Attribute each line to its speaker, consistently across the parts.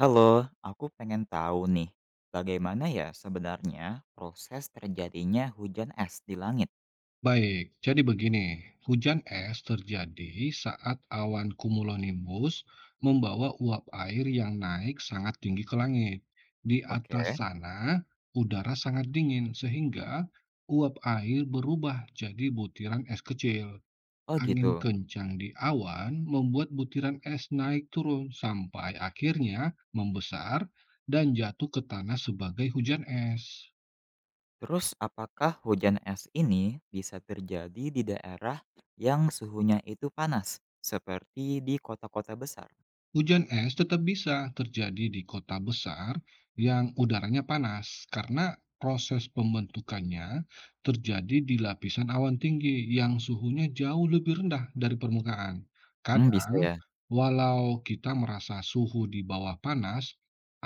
Speaker 1: Halo, aku pengen tahu nih, bagaimana ya sebenarnya proses terjadinya hujan es di langit?
Speaker 2: Baik, jadi begini, hujan es terjadi saat awan cumulonimbus membawa uap air yang naik sangat tinggi ke langit. Di
Speaker 1: Oke.
Speaker 2: atas sana, udara sangat dingin sehingga uap air berubah jadi butiran es kecil.
Speaker 1: Oh
Speaker 2: Angin
Speaker 1: gitu.
Speaker 2: kencang di awan membuat butiran es naik turun sampai akhirnya membesar dan jatuh ke tanah sebagai hujan es.
Speaker 1: Terus apakah hujan es ini bisa terjadi di daerah yang suhunya itu panas, seperti di kota-kota besar?
Speaker 2: Hujan es tetap bisa terjadi di kota besar yang udaranya panas karena proses pembentukannya terjadi di lapisan awan tinggi yang suhunya jauh lebih rendah dari permukaan.
Speaker 1: Hmm,
Speaker 2: Kadang,
Speaker 1: bisa ya.
Speaker 2: walau kita merasa suhu di bawah panas,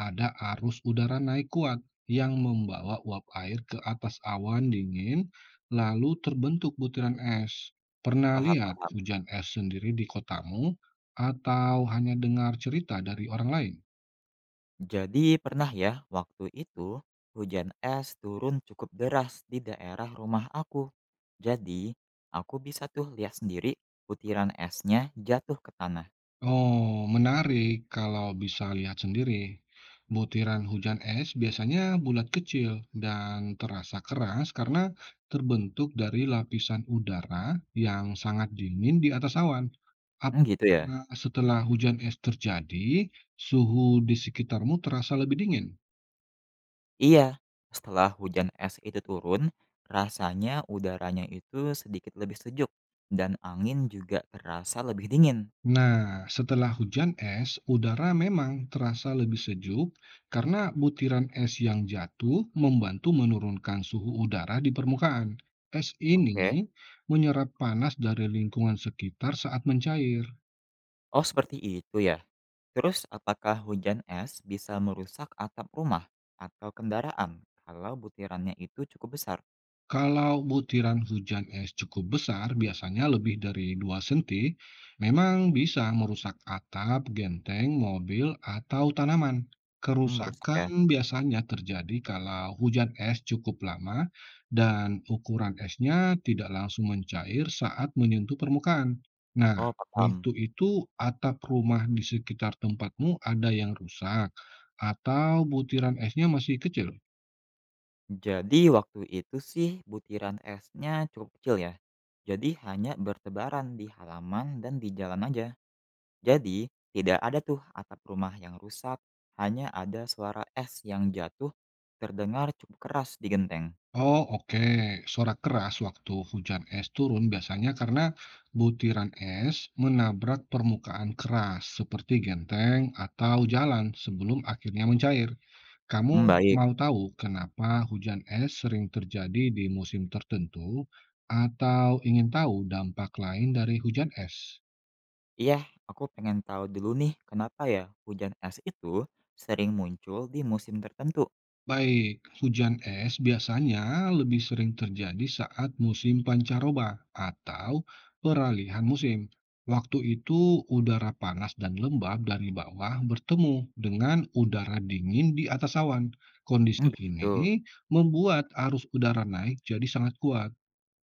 Speaker 2: ada arus udara naik kuat yang membawa uap air ke atas awan dingin, lalu terbentuk butiran es. Pernah
Speaker 1: Paham,
Speaker 2: lihat
Speaker 1: paham.
Speaker 2: hujan es sendiri di kotamu? Atau hanya dengar cerita dari orang lain?
Speaker 1: Jadi pernah ya waktu itu hujan es turun cukup deras di daerah rumah aku. Jadi, aku bisa tuh lihat sendiri butiran esnya jatuh ke tanah.
Speaker 2: Oh, menarik kalau bisa lihat sendiri. Butiran hujan es biasanya bulat kecil dan terasa keras karena terbentuk dari lapisan udara yang sangat dingin di atas awan.
Speaker 1: Mmm, gitu ya?
Speaker 2: Apakah setelah hujan es terjadi, suhu di sekitarmu terasa lebih dingin?
Speaker 1: Iya, setelah hujan es itu turun, rasanya udaranya itu sedikit lebih sejuk dan angin juga terasa lebih dingin.
Speaker 2: Nah, setelah hujan es, udara memang terasa lebih sejuk karena butiran es yang jatuh membantu menurunkan suhu udara di permukaan. Es
Speaker 1: Oke.
Speaker 2: ini menyerap panas dari lingkungan sekitar saat mencair.
Speaker 1: Oh, seperti itu ya? Terus apakah hujan es bisa merusak atap rumah atau kendaraan kalau butirannya itu cukup besar?
Speaker 2: Kalau butiran hujan es cukup besar, biasanya lebih dari 2 senti, memang bisa merusak atap, genteng, mobil, atau tanaman.
Speaker 1: Mmm, merusak ya?
Speaker 2: Kerusakan biasanya terjadi kalau hujan es cukup lama dan ukuran esnya tidak langsung mencair saat menyentuh permukaan. Nah,
Speaker 1: Oh,
Speaker 2: waktu
Speaker 1: paham.
Speaker 2: itu atap rumah di sekitar tempatmu ada yang rusak atau butiran esnya masih kecil?
Speaker 1: Jadi waktu itu sih butiran esnya cukup kecil ya? Jadi hanya bertebaran di halaman dan di jalan aja. Jadi, tidak ada tuh atap rumah yang rusak, hanya ada suara es yang jatuh terdengar cukup keras di genteng.
Speaker 2: Oh, oke. Suara keras waktu hujan es turun biasanya karena butiran es menabrak permukaan keras seperti genteng atau jalan sebelum akhirnya mencair. Kamu
Speaker 1: Mmm, baik.
Speaker 2: mau tahu kenapa hujan es sering terjadi di musim tertentu atau ingin tahu dampak lain dari hujan es?
Speaker 1: Iya, aku pengen tahu dulu nih kenapa ya hujan es itu sering muncul di musim tertentu?
Speaker 2: Baik, hujan es biasanya lebih sering terjadi saat musim pancaroba atau peralihan musim. Waktu itu, udara panas dan lembab dari bawah bertemu dengan udara dingin di atas awan. Kondisi
Speaker 1: Mmm, begitu.
Speaker 2: ini membuat arus udara naik jadi sangat kuat.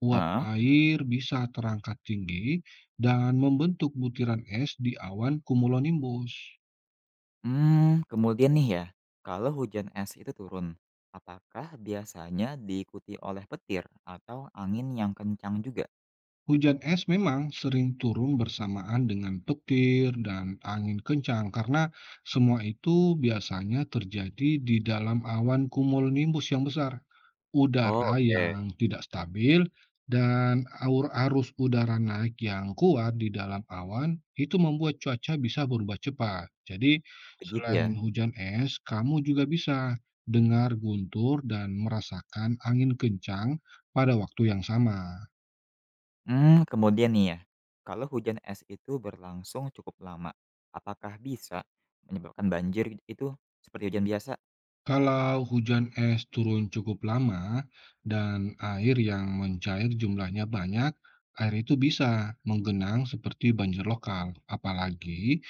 Speaker 2: Uap
Speaker 1: Heeh.
Speaker 2: air bisa terangkat tinggi dan membentuk butiran es di awan cumulonimbus.
Speaker 1: Mmm, kemudian nih ya, kalau hujan es itu turun, apakah biasanya diikuti oleh petir atau angin yang kencang juga?
Speaker 2: Hujan es memang sering turun bersamaan dengan petir dan angin kencang karena semua itu biasanya terjadi di dalam awan cumulonimbus yang besar.
Speaker 1: Oh,
Speaker 2: Udara
Speaker 1: oke.
Speaker 2: yang tidak stabil dan arus udara naik yang kuat di dalam awan itu membuat cuaca bisa berubah cepat. Jadi,
Speaker 1: Begitu
Speaker 2: selain
Speaker 1: ya.
Speaker 2: hujan es, kamu juga bisa dengar guntur dan merasakan angin kencang pada waktu yang sama.
Speaker 1: Mmm, kemudian nih ya, kalau hujan es itu berlangsung cukup lama, apakah bisa menyebabkan banjir itu seperti hujan biasa?
Speaker 2: Kalau hujan es turun cukup lama dan air yang mencair jumlahnya banyak, air itu bisa menggenang seperti banjir lokal, apalagi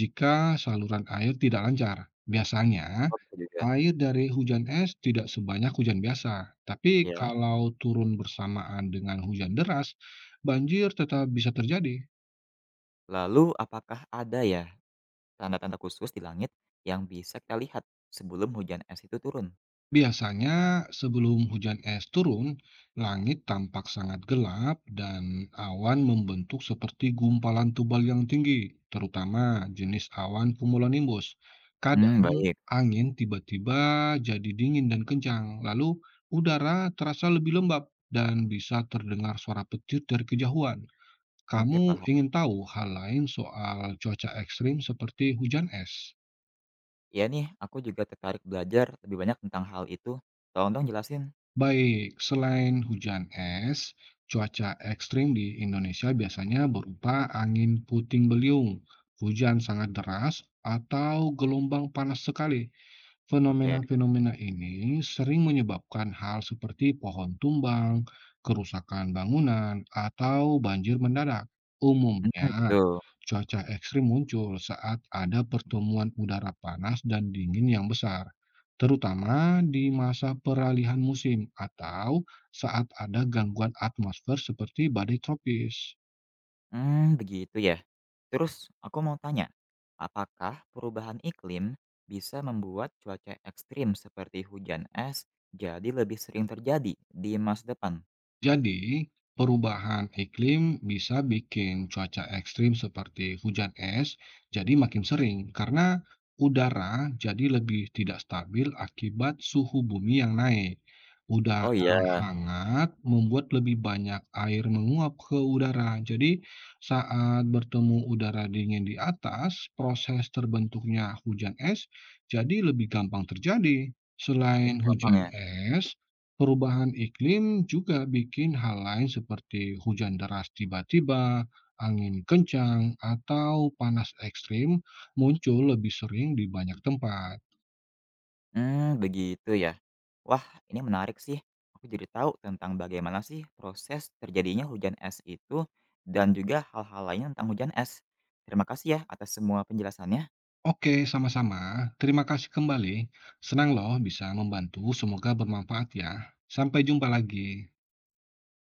Speaker 2: jika saluran air tidak lancar. Biasanya,
Speaker 1: Oh bisa juga,
Speaker 2: air dari hujan es tidak sebanyak hujan biasa, tapi
Speaker 1: ya.
Speaker 2: kalau turun bersamaan dengan hujan deras, banjir tetap bisa terjadi.
Speaker 1: Lalu apakah ada ya tanda-tanda khusus di langit yang bisa kita lihat sebelum hujan es itu turun?
Speaker 2: Biasanya, sebelum hujan es turun, langit tampak sangat gelap dan awan membentuk seperti gumpalan tebal yang tinggi, terutama jenis awan cumulonimbus.
Speaker 1: Hmm,
Speaker 2: Kadang,
Speaker 1: baik.
Speaker 2: angin tiba-tiba jadi dingin dan kencang, lalu udara terasa lebih lembab dan bisa terdengar suara petir dari kejauhan.
Speaker 1: Oke
Speaker 2: Kamu
Speaker 1: paham.
Speaker 2: ingin tahu hal lain soal cuaca ekstrim seperti hujan es?
Speaker 1: Ya nih aku juga tertarik belajar lebih banyak tentang hal itu, tolong dong jelasin.
Speaker 2: Baik, selain hujan es, cuaca ekstrim di Indonesia biasanya berupa angin puting beliung, hujan sangat deras, atau gelombang panas sekali.
Speaker 1: Oke,
Speaker 2: Fenomena-fenomena ini sering menyebabkan hal seperti pohon tumbang, kerusakan bangunan, atau banjir mendadak.
Speaker 1: mhm,
Speaker 2: Umumnya,
Speaker 1: gitu.
Speaker 2: cuaca ekstrim muncul saat ada pertemuan udara panas dan dingin yang besar, terutama di masa peralihan musim atau saat ada gangguan atmosfer seperti badai tropis.
Speaker 1: Mmm, begitu ya. Terus aku mau tanya, apakah perubahan iklim bisa membuat cuaca ekstrim seperti hujan es jadi lebih sering terjadi di masa depan?
Speaker 2: Jadi, perubahan iklim bisa bikin cuaca ekstrim seperti hujan es jadi makin sering karena udara jadi lebih tidak stabil akibat suhu bumi yang naik. Udara
Speaker 1: Oh iya,
Speaker 2: hangat membuat lebih banyak air menguap ke udara. Jadi, saat bertemu udara dingin di atas, proses terbentuknya hujan es jadi lebih gampang terjadi. Selain
Speaker 1: lebih gampang
Speaker 2: hujan
Speaker 1: ya?
Speaker 2: es, perubahan iklim juga bikin hal lain seperti hujan deras tiba-tiba, angin kencang, atau panas ekstrim muncul lebih sering di banyak tempat.
Speaker 1: Hmm, begitu ya. Wah, ini menarik sih. Aku jadi tahu tentang bagaimana sih proses terjadinya hujan es itu dan juga hal-hal lainnya tentang hujan es. Terima kasih ya atas semua penjelasannya.
Speaker 2: Oke, sama-sama. Terima kasih kembali. Senang loh bisa membantu. Semoga bermanfaat ya. Sampai jumpa lagi.